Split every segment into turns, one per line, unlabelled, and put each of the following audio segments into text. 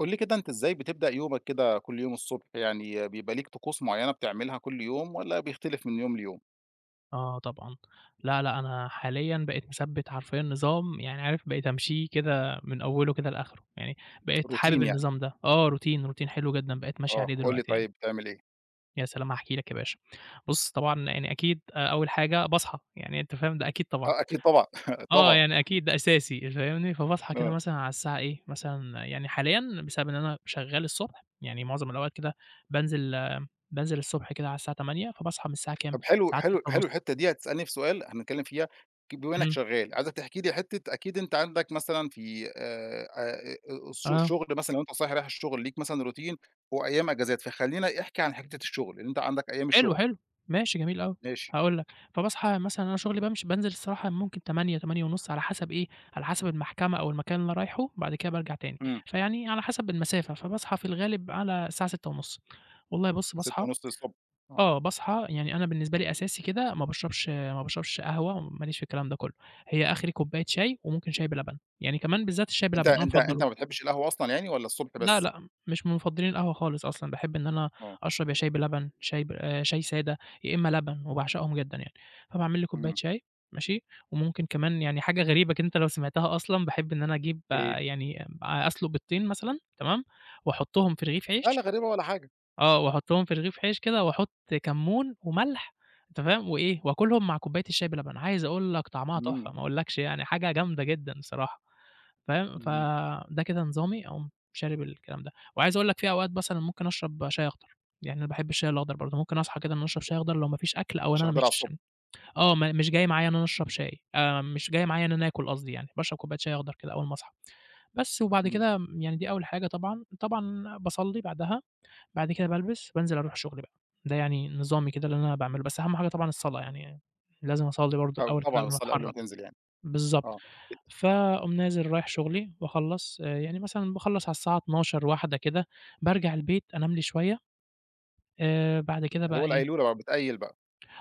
قُل لي كده أنت إزاي بتبدأ يومك كده كل يوم الصبح، يعني بيبقى ليك طقوس معيّنة بتعملها كل يوم والّا بيختلف من يوم ليوم؟
آه طبعًا. لا، لأ، أنا حاليًا بقيت مثبّت حرفيًا نظام يعني عارف بقيت أمشيه كده من أوله كده لآخره، يعني بقيت
روتين
حابب
يعني،
النظام ده. آه، روتين، روتين حلو جدًا بقيت ماشي
آه،
عليه
قُل لي
دلوقتي يعني.
طيب بتعمل إيه؟
يا سلام! هاحكي لك يا باشا. بُص طبعًا يعني أكيد أول حاجة باصحى، يعني أنت فاهم ده أكيد طبعًا.
آه أكيد طبعًا،
آه،
طبعًا،
يعني أكيد ده أساسي فاهمني، فباصحى كده
آه،
مثلًا على الساعة إيه، مثلًا يعني حاليًا بسبب إن أنا شغّال الصبح، يعني معظم الأوقات كده بانزل بانزل الصبح كده على الساعة 08:00 فباصحى من الساعة كام،
طب حلو
الساعة
حلو حلو
06:30
الحتّة دي هتسألني في سؤال هنتكلم فيها. بما إنك
إمم،
شغال، عايزك تحكي لي حتّة أكيد أنت عندك مثلًا في
آه.
الشغل مثلًا لو أنت صايح رايح الشغل ليك مثلًا روتين وأيام أجازات، فخلّينا احكِ عن حتّة الشغل، لإن أنت عندك أيام
حلو،
الشغل،
حلو، ماشي جميل أوي،
ماشي،
هاقول لك، فباصحى مثلًا أنا شغلي بامشي بانزل الصراحة ممكن 08:00، 08:30 على حسب إيه، على حسب المحكمة أو المكان اللي أنا رايحه، بعد كده بارجع تاني،
إمم،
فيعني على حسب المسافة، فباصحى في الغالب على الساعة 06:30 والله بُص باصحى
6:30 ص آه.
آه، باصحى يعني أنا بالنسبة لي أساسي كده ما باشربش قهوة، ما ليش في الكلام ده كله، هي آخري كوباية شاي وممكن شاي بلبن، يعني كمان بالذات الشاي
أنت
بلبن أنا
أنت أنت
مفضله.
ما بتحبش القهوة أصلًا يعني والّا الصبح
لأ،
بس؟
لأ، مش من مُفضّلين القهوة خالص أصلًا، باحب إن أنا
آه،
أشرب يا شاي بلبن، شاي سادة، يا إمّا لبن وباعشقهم جدًا يعني، فباعمل لي كوباية
إمم،
شاي ماشي، وممكن كمان يعني حاجة غريبة كده أنت لو سمعتها أصلًا، باحب إن أنا أجيب
إيه؟
آه، أسلُق بيضتين مثلًا تمام، وأحطّهم في رغيف
لا، لا
عيش
غريبة ولا حاجة.
آه، وأحطّهم في رغيف عيش كده وأحط كمون وملح أنت فاهم، وإيه، وآكلهم مع كوباية الشاي بلبن، عايز أقول لك طعمها
إمم،
تحفة، ما أقولكش يعني حاجة جامدة جدًا الصراحة. فاهم؟
إمم،
فده كده نظامي، أقوم شارب الكلام ده. وعايز أقول لك في أوقات مثلًا ممكن أشرب شاي أخضر، يعني أنا باحب الشاي الأخضر برضه، ممكن أصحى كده إن أنا أشرب شاي أخضر لو ما فيش أكل أو إن
مش
أنا
هتقدرها
مش
على الصبح،
آه، ما مش جاي معايا إن أنا أشرب شاي، مش جاي معايا إن أنا آكل قصدي يعني، باشرب كوباية شاي أخضر كده أول ما أصحى. بس وبعد
إمم،
كده يعني دي أول حاجة طبعًا، طبعًا باصلّي بعدها، بعد كده بالبس بانزل أروح شغلي بقى، ده يعني نظامي كده اللي أنا باعمله، بس أهم حاجة طبعًا الصلاة، يعني لازم أصلّي برضه
آه
الأول كده
طبعًا
قبل ما
بتصلّي قبل ما
أتحرّك.
تنزل يعني،
بالضبط.
آه، بت
فاقوم نازل رايح شغلي باخلّص، يعني مثلًا باخلّص على الساعة 00:00، 01:00 كده، بارجع البيت أنام لي شوية، بعد كده
اللي
بقى
هو
إيه
القيلولة بقى بتقيّل بقى،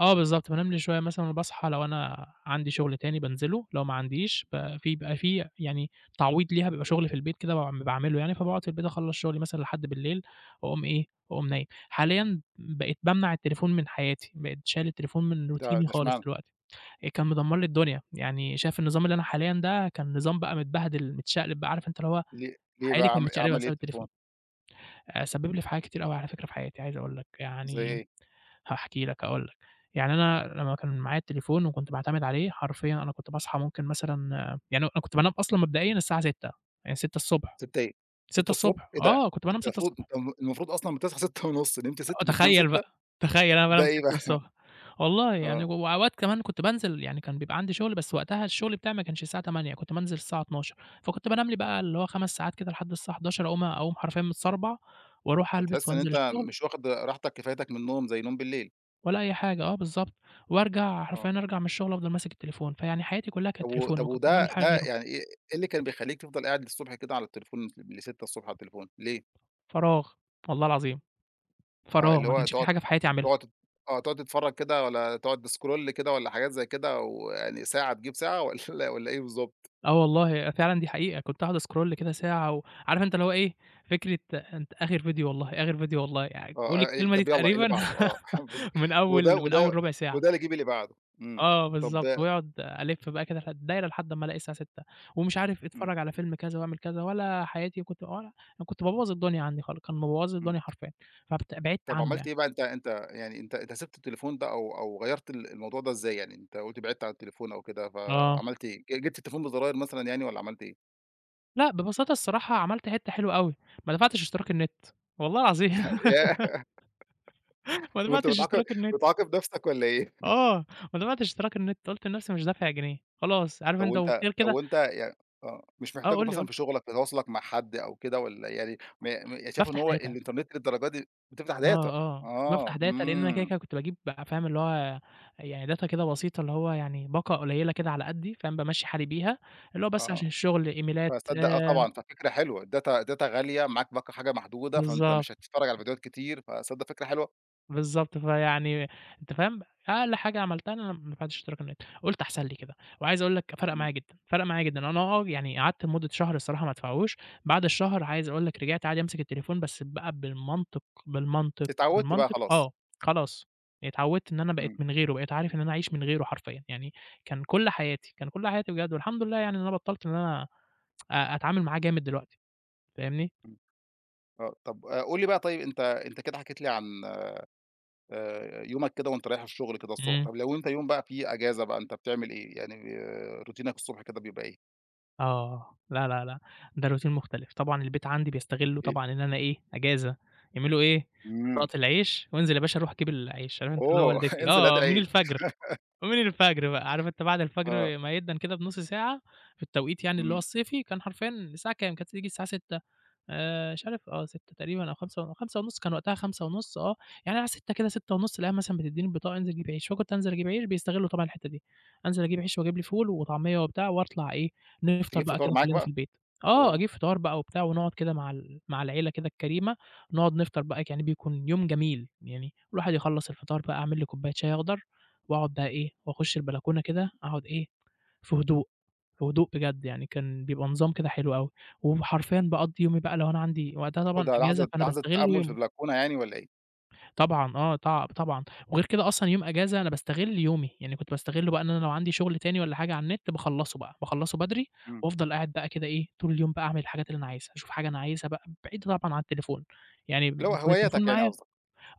آه بالضبط، بانام لي شوية مثلًا باصحى لو أنا عندي شغل تاني بانزله، لو ما عنديش ب في بيبقى في يعني تعويض ليها بيبقى شغل في البيت كده باعمله يعني، فباقعد في البيت أخلّص شغلي مثلًا لحد بالليل، وأقوم إيه، وأقوم نايم. حاليًا بقيت بامنع التليفون من حياتي، بقيت شايل التليفون من
ده
روتيني
ده
خالص
اشمعنى؟
دلوقتي. كان مدمّر لي الدنيا، يعني شايف النظام اللي أنا حاليًا ده كان نظام بقى متبهدل، متشقلب بقى، عارف أنت اللي هو
ليه
حياتي
بقى
كانت متشقلبة
عمل إيه
بسبب التليفون،
التليفون؟
سبّب لي في حاجات كتير أوي على فكرة في حياتي عايز أقول لك،
زي
يعني
إيه؟
هاحكي لك، هاقول لك، يعني أنا لمّا كان معايا التليفون وكنت باعتمد عليه حرفيًا أنا كنت باصحى ممكن مثلًا يعني أنا كنت بانام أصلًا مبدئيًا الساعة 06:00 يعني 06:00 ص
6:00 إيه؟
06:00
6:00 إيه ده يعني؟
آه، كنت بانام
أنت
06:00 ص
المفروض أنت الم المفروض أصلًا بتصحى 6:30 نمت
آه،
6:00 بتنام
تخيّل
6:00
بقى، تخيّل أنا
ده
بانام
إيه
6:00 ص
بقى؟
والله يعني
آه،
وأوقات كمان كنت بانزل يعني كان بيبقى عندي شغل، بس وقتها الشغل بتاعي ما كانش الساعة 08:00 كنت بانزل الساعة 12:00 فكنت بانام لي بقى اللي هو 5 ساعات كده لحد الساعة 11:00 أقوم أقوم حرفيًا متسربع وأروح ألبس
فتحس إن
وأنزل
أنت
الشغل
مش واخد راحتك كفايتك من النوم زي نوم بالليل،
ولا أي حاجة، آه بالضبط، وأرجع
آه.
حرفيًا أرجع من الشغل أفضل ماسك التليفون، فيعني حياتي كلها كانت تليفون
طب
ما كنتش
وده
باعمل حاجة
ده
غيره،
يعني إيه اللي كان بيخلّيك تفضل قاعد للصبح كده على التليفون ل6:00 على التليفون ليه؟
فراغ والله العظيم،
آه،
فراغ
اللي
ما
هو
كانش في
تقعد
حاجة في حياتي
ت
أعملها.
تقعد ت آه، تقعد تتفرّج كده والّا تقعد تscroll كده والّا حاجات زي كده ويعني ساعة تجيب ساعة والّا إيه بالضبط؟
آه والله، فعلًا دي حقيقة، كنت أقعد أسكرول كده ساعة و عارف أنت اللي هو إيه، فكرة أنت آخر فيديو والله، آخر فيديو والله، يعني باقول
آه، آه، إيه
الكلمة دي
طب يالّا إيه اللي
تقريبًا
بعده؟ آه،
من أول
وده
من أول
وده
ربع ساعة،
وده اللي يجيب اللي بعده، إمم،
آه
طب
بالضبط، وأقعد ألِف بقى كده في الدايرة لحد أمّا ألاقي الساعة 18:00 ومش عارف
إمم،
اتفرّج على فيلم كذا واعمل كذا ولا حياتي كنت ولا أنا كنت بابوّظ الدنيا عندي خالص، كان مبوّظ لي
إمم،
الدنيا حرفيًا، بعدت
طب
عنه
عملت
يعني،
إيه بقى أنت يعني أنت سِبت التليفون ده أو غيّرت الموضوع ده إزاي يعني؟ أنت قُلت بعدت عن التليفون أو كده
آه،
فعملت إيه؟ جِبت التليفون بزراير مثلًا يعني والّا عملت إيه؟
لأ ببساطة الصراحة عملت حِتّة حلوة أوي، ما دفعتش اشتراك النت، والله العظيم
ياه!
ما
هو أنت
دفعتش
بتعاقب
اشتراك النت.
بتعاقب نفسك والّا إيه؟
آه، ما أنا بعد اشتراك النت قُلت لنفسي مش دافع جنيه، خلاص عارف أنت وغير
طب
كده
وأنت يعني آه، مش
آه،
محتاجه
قُل لي قُل
مثلًا في
لي،
شغلك في تواصلك مع حد أو كده والّا يعني م م يعني شايف إن
بافتح
هو
داتا،
الإنترنت للدرجة دي بتفتح
آه،
data.
آه، كنت بافتح
آه،
داتا لإن أنا كده،
إمم،
كده كنت باجيب بقى فاهم اللي هو يعني داتا كده بسيطة اللي هو يعني باقة قليلة كده على قدّي فاهم، بامشّي حالي بيها، اللي هو بس
آه،
عشان الشغل، إيميلات
فتصدق آه طبعًا، ففكرة حلوة، الdata غالية، معاك باقة حاجة محدودة، فأنت
بالضبط.
مش هتتفرج على فيديوهات كتير، فتصدق فكرة حلوة،
بالضبط، فيعني أنت فاهم، أقل حاجة عملتها إن أنا دفعت اشتراك النت، قُلت أحسن لي كده، وعايز أقول لك فرَق
إمم،
معايا جدًا، فرَق معايا جدًا، أنا آه يعني قعدت لمدة شهر الصراحة ما ادفعهوش، بعد الشهر عايز أقول لك رجعت عادي أمسك التليفون بس بقى بالمنطق، بالمنطق،
اتعودت بقى
بالمنطق
خلاص،
آه، خلاص اتعودت إن أنا بقيت
إمم،
من غيره، بقيت عارف إن أنا أعيش من غيره حرفيًا، يعني كان كل حياتي، كان كل حياتي بجد، والحمد لله يعني إن أنا بطّلت إن أنا أتعامل معاه جامد دلوقتي، فاهمني؟
إمم، آه، طب قُل لي بقى طيب أنت كده حكيت لي عن يومك كده وأنت رايح الشغل كده الصبح،
إمم.
طب لو أنت يوم بقى فيه إجازة بقى أنت بتعمل إيه؟ يعني روتينك الصبح كده بيبقى إيه؟
آه، لا، لا، لأ، ده روتين مختلف، طبعًا البيت عندي
احكِ
بيستغلّوا
لي.
طبعًا إن أنا إيه، أجازة، يعملوا إيه،
إمم.
بطاقة العيش وانزل يا باشا روح جيب العيش، عارف أنت اللي هو
أوه!
والدتي
انزل هات
آه، من
العيش.
الفجر، من الفجر بقى، عارف أنت بعد
آه،
الفجر ميِّدا كده بنُص ساعة في التوقيت يعني اللي هو
إمم.
الصيفي، كان حرفيًا الساعة كام، كانت تيجي الساعة 18:00 مش عارف آه 6 تقريبا أو 5 5.5 كان وقتها 5.5 آه، يعني على 6 كده 6.5 ألاقيها مثلًا بتدّيني البطاقة انزل جيب عيش، فكنت أنزل أجيب عيش بيستغلوا طبعًا الحتّة دي، أنزل أجيب عيش وأجيب لي فول وطعمية وبتاع وأطلع إيه، نفطر
تجيب
بقى
فطار
كده
معاك
كلّنا في
بقى؟
البيت، آه
آه.
أجيب فطار بقى وبتاع ونقعد كده مع مع العيلة كده الكريمة، نقعد نفطر بقى يعني بيكون يوم جميل، يعني الواحد يخلّص الفطار بقى أعمل لي كوباية شاي أخضر وأقعد بقى إيه، وأخش البلكونة كده أقعد إيه، في هدوء، في هدوء بجد يعني كان بيبقى نظام كده حلو أوي. وحرفيًا باقضّي يومي بقى لو أنا عندي وقتها طبعًا
تاخدها
إجازة،
لحظة
فأنا
لحظة
باستغل
تأمُّل في
يومي.
البلكونة يعني والّا إيه؟
طبعًا آه، طبعًا. وغير كده أصلًا يوم إجازة أنا باستغل يومي، يعني كنت باستغله بقى إن أنا لو عندي شغل تاني والّا حاجة على النت باخلّصه بقى، باخلّصه بدري
إمم.
وافضل قاعد بقى كده إيه، طول اليوم بقى أعمل الحاجات اللي أنا عايزها، أشوف حاجة أنا عايزها بقى بعيد طبعًا عن التليفون، يعني
اللي هو
بيكون التليفون
هواياتك يعني
معايا
قصدك.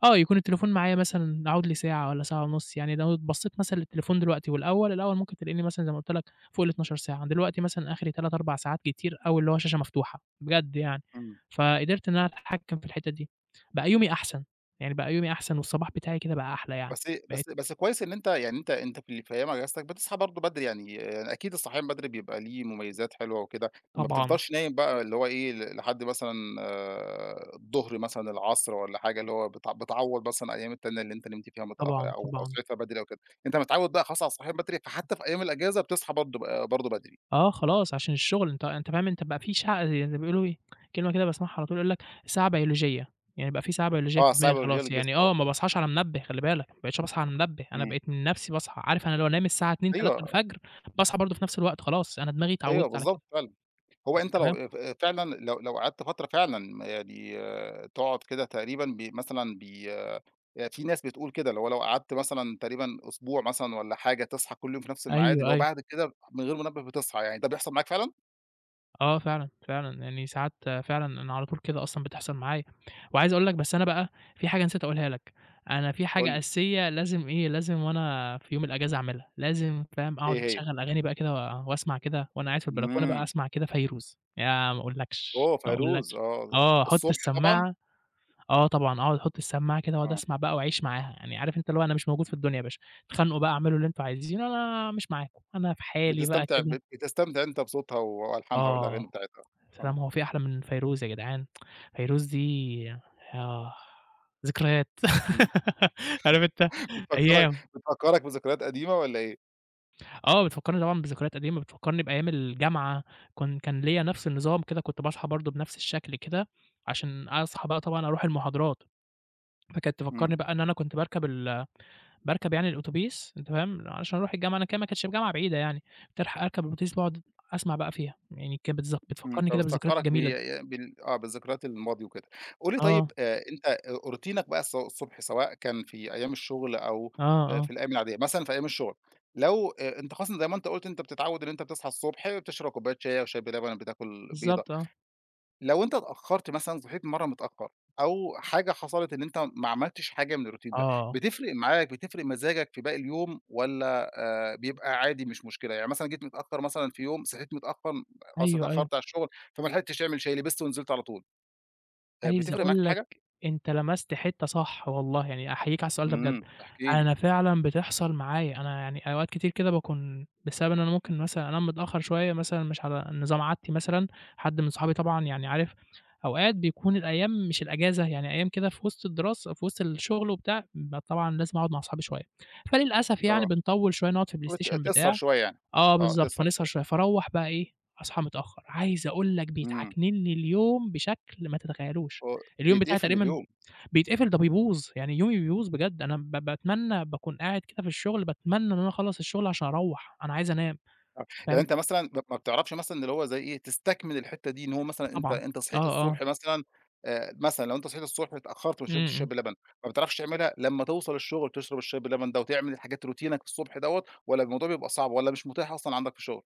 آه، يكون التليفون معايا مثلًا أقعد لي ساعة والّا ساعة ونُص، يعني لو بصّيت مثلًا للتليفون دلوقتي والأول، الأول ممكن تلاقيني مثلًا زي ما قُلت لك فوق ال12 ساعة، دلوقتي مثلًا آخري 3، 4 ساعات كتير أوي اللي هو شاشة مفتوحة، بجد يعني،
إمم.
فقدرت إن أنا أتحكّم في الحتّة دي، بقى يومي أحسن، يعني بقى يومي أحسن والصباح بتاعي كده بقى
آه،
أحلى يعني،
بس
بقيت
بس بس كويس إن أنت يعني أنت في اللي في أيام أجازتك بتصحى برضه بدري يعني يعني أكيد الصحيان بدري بيبقى ليه مميزات حلوة وكده، ما
طبعًا،
بتفضلش نايم بقى اللي هو إيه لحد مثلًا الضهر مثلًا، العصر والّا حاجة، اللي هو بتعوّض مثلًا الأيام التانية اللي أنت نمت فيها متأخر
طبعًا،
أو
طبعًا.
صحيت فيها بدري أو كده، أنت متعوّد بقى خلاص على الصحيان بدري فحتى في أيام الأجازة بتصحى برضه برضه بدري،
آه خلاص عشان الشغل أنت أنت فاهم أنت بقى في شع زي ما بيقولوا إيه، كلمة كده باسمعها على طول يقول لك ساعة بيولوجية، يعني بقى في ساعة بيولوجية
آه
في
الساعة
دماغي
البيولوجية
خلاص،
للجسم
يعني آه
آه،
ما باصحاش على منبه خلي بالك، ما بقيتش باصحى على منبه، أنا
إمم،
بقيت من نفسي باصحى، عارف أنا لو أنام الساعة 02:00،
أيوه،
03:00 باصحى برضه في نفس الوقت خلاص، أنا دماغي
أيوه
اتعودت على
بالضبط
كده،
فعلًا. هو
أنت
أنت
فاهم؟
لو فعلًا لو قعدت فترة فعلًا يعني آه، تقعد كده تقريبًا بي مثلًا بي آه، في ناس بتقول كده، اللي هو لو قعدت مثلًا تقريبًا أسبوع مثلًا والّا حاجة تصحى كل يوم في نفس الميعاد، اللي
أيوه،
هو
أيوه.
بعد كده من غير منبه بتصحى يعني، ده بيحصل معاك فعلًا؟
آه فعلًا، فعلًا، يعني ساعات فعلًا أنا على طول كده أصلًا بتحصل معايا، وعايز أقول لك بس أنا بقى في حاجة نسيت أقولها لك، أنا في
قُل
حاجة
لي
أساسية لازم إيه، لازم وأنا في يوم الأجازة أعملها، لازم فاهم
إيه
أقعد
هي؟
أشغّل أغاني بقى كده وأسمع كده وأنا قاعد في البلكونة بقى
إمم،
أسمع كده فيروز، ياه ما أقولكش،
أوه
ما
فيروز
أقولكش،
آه،
آه أحط
الصبح طبعًا؟
السماعة آه طبعًا، أقعد أحط السماعة كده وأقعد
آه،
أسمع بقى وأعيش معاها، يعني عارف أنت اللي هو أنا مش موجود في الدنيا يا باشا، اتخانقوا بقى اعملوا اللي أنتم عايزينه أنا مش معاكم، أنا في حالي بقى
بتستمتع
كده،
بتستمتع أنت بصوتها وألحانها والأغاني
آه.
بتاعتها، آه،
سلام! هو في أحلى من فيروز يا جدعان؟ فيروز دي آه، ذكريات
إمم،
عارف أنت
بتفكّرك
أيام
بتفكّرك بذكريات قديمة والّا إيه؟
آه، بتفكّرني طبعًا بذكريات قديمة، بتفكّرني بأيام الجامعة، كان ليّا نفس النظام كده، كنت باصحى برضه بنفس الشكل كده، عشان أصحى بقى طبعًا أروح المحاضرات، فكانت
إمم.
تفكّرني بقى إن أنا كنت باركب يعني الأوتوبيس أنت فاهم، علشان أروح الجامعة، أنا كده ما كانتش الجامعة بعيدة يعني، كنت ألحق أركب الأوتوبيس باقعد أسمع بقى فيها، يعني كانت
إمم،
بتفكّرني كده بالذكريات
فبتفكّرك ب
الجميلة دي.
بال آه، بالذكريات الماضي وكده. قُل لي طيب
آه،
أنت روتينك بقى الصبح سواء كان في أيام الشغل أو
آه،
في
آه،
الأيام العادية، مثلًا في أيام الشغل لو أنت خاصةً زي ما أنت قُلت أنت بتتعوّد إن أنت بتصحى الصبح بتشرب كوباية شاي أو شاي بلبن، بتاكل بيضة،
بالضبط آه.
لو أنت اتأخرت مثلًا صحيت مرّة متأخر، أو حاجة حصلت إن أنت ما عملتش حاجة من الروتين ده،
آه،
بتفرق مزاجك في باقي اليوم والّا بيبقى عادي مش مشكلة؟ يعني مثلًا جيت متأخر مثلًا في يوم، صحيت متأخر خلاص
أيوه، أيوه.
اتأخرت على الشغل، فما لحقتش تعمل شاي، لبست ونزلت على طول،
عايز
بتفرق معاك
أقول
في
لك
حاجة؟
أنت لمست حتّة صح والله، يعني أحييك على السؤال ده بجد.
إمم، احكِ لي،
أنا فعلًا بتحصل معايا، أنا يعني أوقات كتير كده باكون بسبب إن أنا ممكن مثلًا أنام متأخّر شوية مثلًا مش على نظام عادتي مثلًا، حد من صحابي طبعًا يعني عارف أوقات بيكون الأيام مش الأجازة، يعني أيام كده في وسط الدراسة في وسط الشغل وبتاع، طبعًا لازم أقعد مع صحابي شوية، فللأسف يعني
آه،
بنطوّل شوية نقعد في البلاي ستيشن
تسهر
بتاع.
شوية يعني،
آه
آه،
بالضبط،
تسهر شوية،
فنسهر شوية، فاروّح بقى إيه، أصحى متأخّر، عايز أقول لك
إمم،
بيتعكنن لي اليوم بشكل ما تتخيّلوش،
و
اليوم بتاعي
بيتقفل
تقريبًا
اليوم.
بيتقفل ده بيبوظ، يعني يومي بيبوظ بجد، أنا باتمنى باكون قاعد كده في الشغل، باتمنى إن أنا أخلّص الشغل عشان أروّح، أنا عايز أنام.
آه، يعني
فاهم،
أنت مثلًا ما بتعرفش مثلًا اللي هو زي إيه، تستكمل الحتّة دي إن هو مثلًا أنت
طبعًا،
أنت
آه،
صحيت
آه،
الصبح مثلًا مثلًا لو أنت صحيت الصبح اتأخرت وما
إمم،
شربتش شاي
إمم،
بلبن، ما بتعرفش تعملها لمّا توصل الشغل تشرب الشاي بلبن ده وتعمل الحاجات روتينك الصبح دوّة، والّا الموضوع بيبقى صعب والّا مش متاح أصلًا عندك في الشغل؟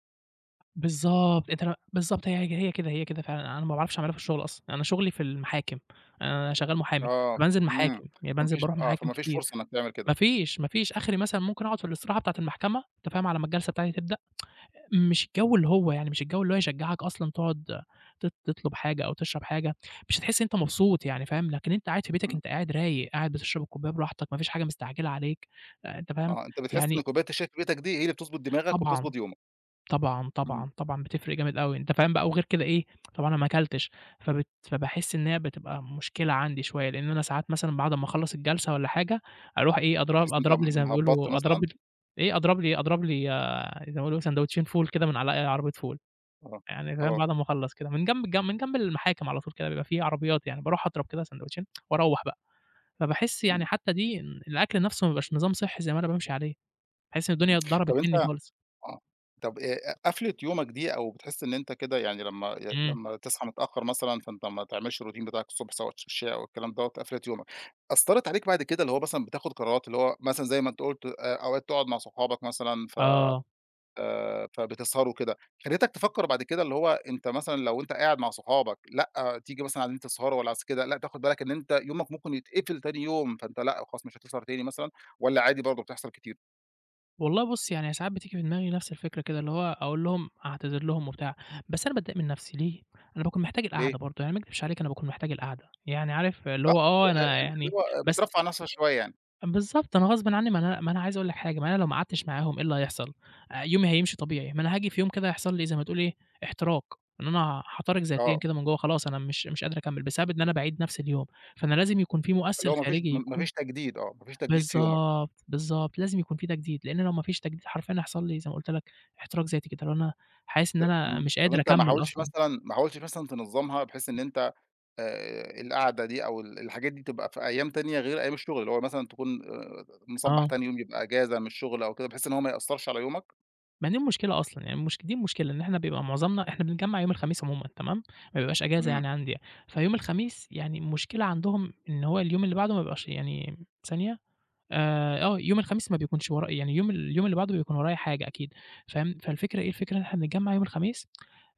بالضبط، أنت ل بالضبط هي كده، هي كده فعلًا، أنا ما باعرفش أعملها في الشغل أصلًا، أنا شغلي في المحاكم، أنا شغّال محامي،
آه،
فبانزل
إمم،
محاكم، يعني بانزل باروح محاكم
فما فيش
كتير.
فرصة إنك تعمل كده،
ما فيش، ما فيش، آخري مثلًا ممكن أقعد في الاستراحة بتاعة المحكمة، أنت فاهم، على ما الجلسة بتاعتي تبدأ، مش الجو اللي هو يعني مش الجو اللي هو يشجّعك أصلًا تقعد تطلب حاجة أو تشرب حاجة، مش هتحس إن أنت مبسوط يعني فاهم، لكن أنت قاعد في بيتك،
إمم،
أنت قاعد رايق، قاعد بتشرب الكوباية براحتك، ما فيش حاجة مستعجلة عليك، أنت فاهم،
آه، أنت بتحس إن
يعني
كوباية الشاي في بيتك دي هي اللي بتضبط دماغك
طبعًا.
وبتضبط يومك،
طبعًا،
إمم،
طبعًا، طبعًا بتفرق جامد أوي، أنت فاهم بقى، وغير كده إيه، طبعًا أنا ما أكلتش، فبت فباحس إن هي بتبقى مشكلة عندي شوية، لإن أنا ساعات مثلًا بعد ما أخلّص الجلسة والّا حاجة، أروح إيه،
تحس
أضرب
إن أنت
أضرب لي زي ما
مهبّطت
بيقولوا أضرب
مثلًا؟
لي إيه، أضرب لي آه، زي ما بيقولوا ساندوتشين فول كده من على عربية فول،
آه،
يعني فاهم،
آه،
بعد ما أخلّص كده من جنب من جنب المحاكم على طول كده، بيبقى في عربيات يعني، باروح أضرب كده ساندوتشين وأروّح بقى، فباحس يعني
إمم،
حتى دي الأكل نفسه ما بيبقاش نظام صحّي زي ما أنا بامشي عليه، باحس إن
إمم،
الدنيا اتضربت
طب أنت
مني خالص.
آه. طَب قفلة يومك دي أو بتحس إن أنت كده يعني لمّا
إمم،
لمّا تصحى متأخّر مثلًا فأنت ما تعملش الroutine بتاعك الصبح سواء تتشّى أو الكلام دوّة قفلِت يومك، أثّرت عليك بعد كده اللي هو مثلًا بتاخُد قرارات اللي هو مثلًا زي ما أنت قُلت أوقات تقعد مع صحابك مثلًا ف
آه.
فبتسهروا كده، خلّتك تفكّر بعد كده اللي هو أنت مثلًا لو أنت قاعد مع صحابك لأ، تيجي مثلًا على إن أنت تسهروا والّا عايز كده لأ، تاخُد بالك إن أنت يومك ممكن يتقفل تاني يوم، فأنت لأ، خلاص مش هتسهر تاني مثلًا والّا عادي برضه بتحصل كتير؟
والله بُص، يعني ساعات بتيجي في دماغي نفس الفكرة كده، اللي هو أقول لهم أعتذر لهم وبتاع، بس أنا باتضايق من نفسي ليه؟ أنا باكون محتاج
ليه؟
القعدة برضه، يعني ما أكدبش عليك أنا باكون محتاج القعدة، يعني عارف اللي
آه،
هو آه، أنا
اللي
يعني
هو
بس
بترفّه نفسك شوية يعني،
بالضبط، أنا غصبٍ عني، ما أنا عايز أقول لك حاجة، ما أنا لو ما قعدتش معاهم إيه اللي هيحصل؟ يومي هيمشي طبيعي، ما أنا هاجي في يوم كده هيحصل لي زي ما تقول إيه، احتراق، إن أنا هاتحرق ذاتيًا
آه،
كده من جوّه، خلاص أنا مش قادر أكمل، بسبب إن أنا باعيد نفس اليوم، فأنا لازم يكون في
اللي
مؤثر
هو ما فيش
خارجي
ما
يكون
فيش تجديد آه، ما فيش تجديد في يومك،
بالضبط، بالضبط، لازم يكون في تجديد، لإن لو ما فيش تجديد حرفيًا هيحصل لي زي ما قُلت لك احتراق ذاتي كده، اللي هو أنا حاسس إن أنا
إمم،
مش
طَب
قادر
أنت
أكمّل أصلًا،
ما حاولتش مثلًا تنظّمها بحيث إن أنت القعدة دي أو الحاجات دي تبقى في أيام تانية غير أيام الشغل، اللي هو مثلًا تكون مصبّح
آه،
تاني يوم يبقى إجازة من الشغل أو كده بحيث إن هو ما يأثّرش على يومك؟
ما دي المشكلة أصلًا، يعني دي المشكلة إن إحنا بيبقى معظمنا إحنا بنتجمّع يوم الخميس عمومًا تمام، ما بيبقاش إجازة
إمم،
يعني عندي يعني، فيوم الخميس يعني المشكلة عندهم إن هو اليوم اللي بعده ما بيبقاش يعني ثانية، آه، يوم الخميس ما بيكونش ورا يعني اليوم اللي بعده بيكون ورايا حاجة أكيد، فاهم، فالفكرة إيه، الفكرة إن إحنا بنتجمّع يوم الخميس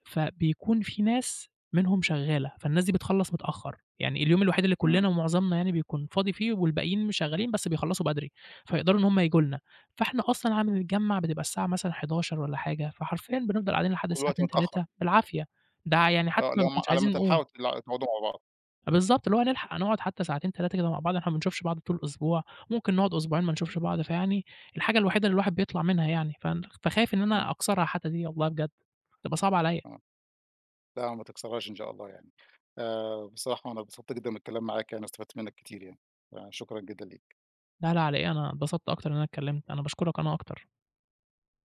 فبيكون في ناس منهم شغّالة، فالناس دي بتخلّص متأخّر، يعني اليوم الوحيد اللي
إمم،
كُلّنا ومعظمنا يعني بيكون فاضي فيه والباقيين مش شغّالين بس بيخلّصوا بدري، فيقدروا إن هم ييجوا لنا، فإحنا أصلًا على ما بنتجمّع بتبقى الساعة مثلًا 23:00 والّا حاجة، فحرفيًا بنفضل قاعدين لحد
كل
الساعة
وقت
02:00،
متأخّر،
03:00 بالعافية، ده يعني حتى
آه،
ما
اللي هو
بنكونش
على ما
عايزين نقوم.
تلحقوا تقعدوا مع بعض،
بالضبط، اللي هو نلحق نقعد حتى ساعتين 3 كده مع بعض، إحنا ما بنشوفش بعض طول الأسبوع، ممكن نقعد أسبوعين ما نشوفش بعض، فيعني الحاجة الوحيدة اللي الواحد بيطلع منها يعني، فن فخايف إن
إمم،
أنا أكسرها حتى دي والله بجد، بتبقى صعبة عليّا.
آه، لا ما تكسرهاش إن شاء الله يعني، بصراحة أنا اتبسطت جدًا من الكلام معاك يعني واستفدت منّك كتير يعني، فشكرًا جدًا ليك.
لا، لا على إيه، أنا اتبسطت أكتر إن أنا اتكلمت، أنا باشكرك أنا أكتر.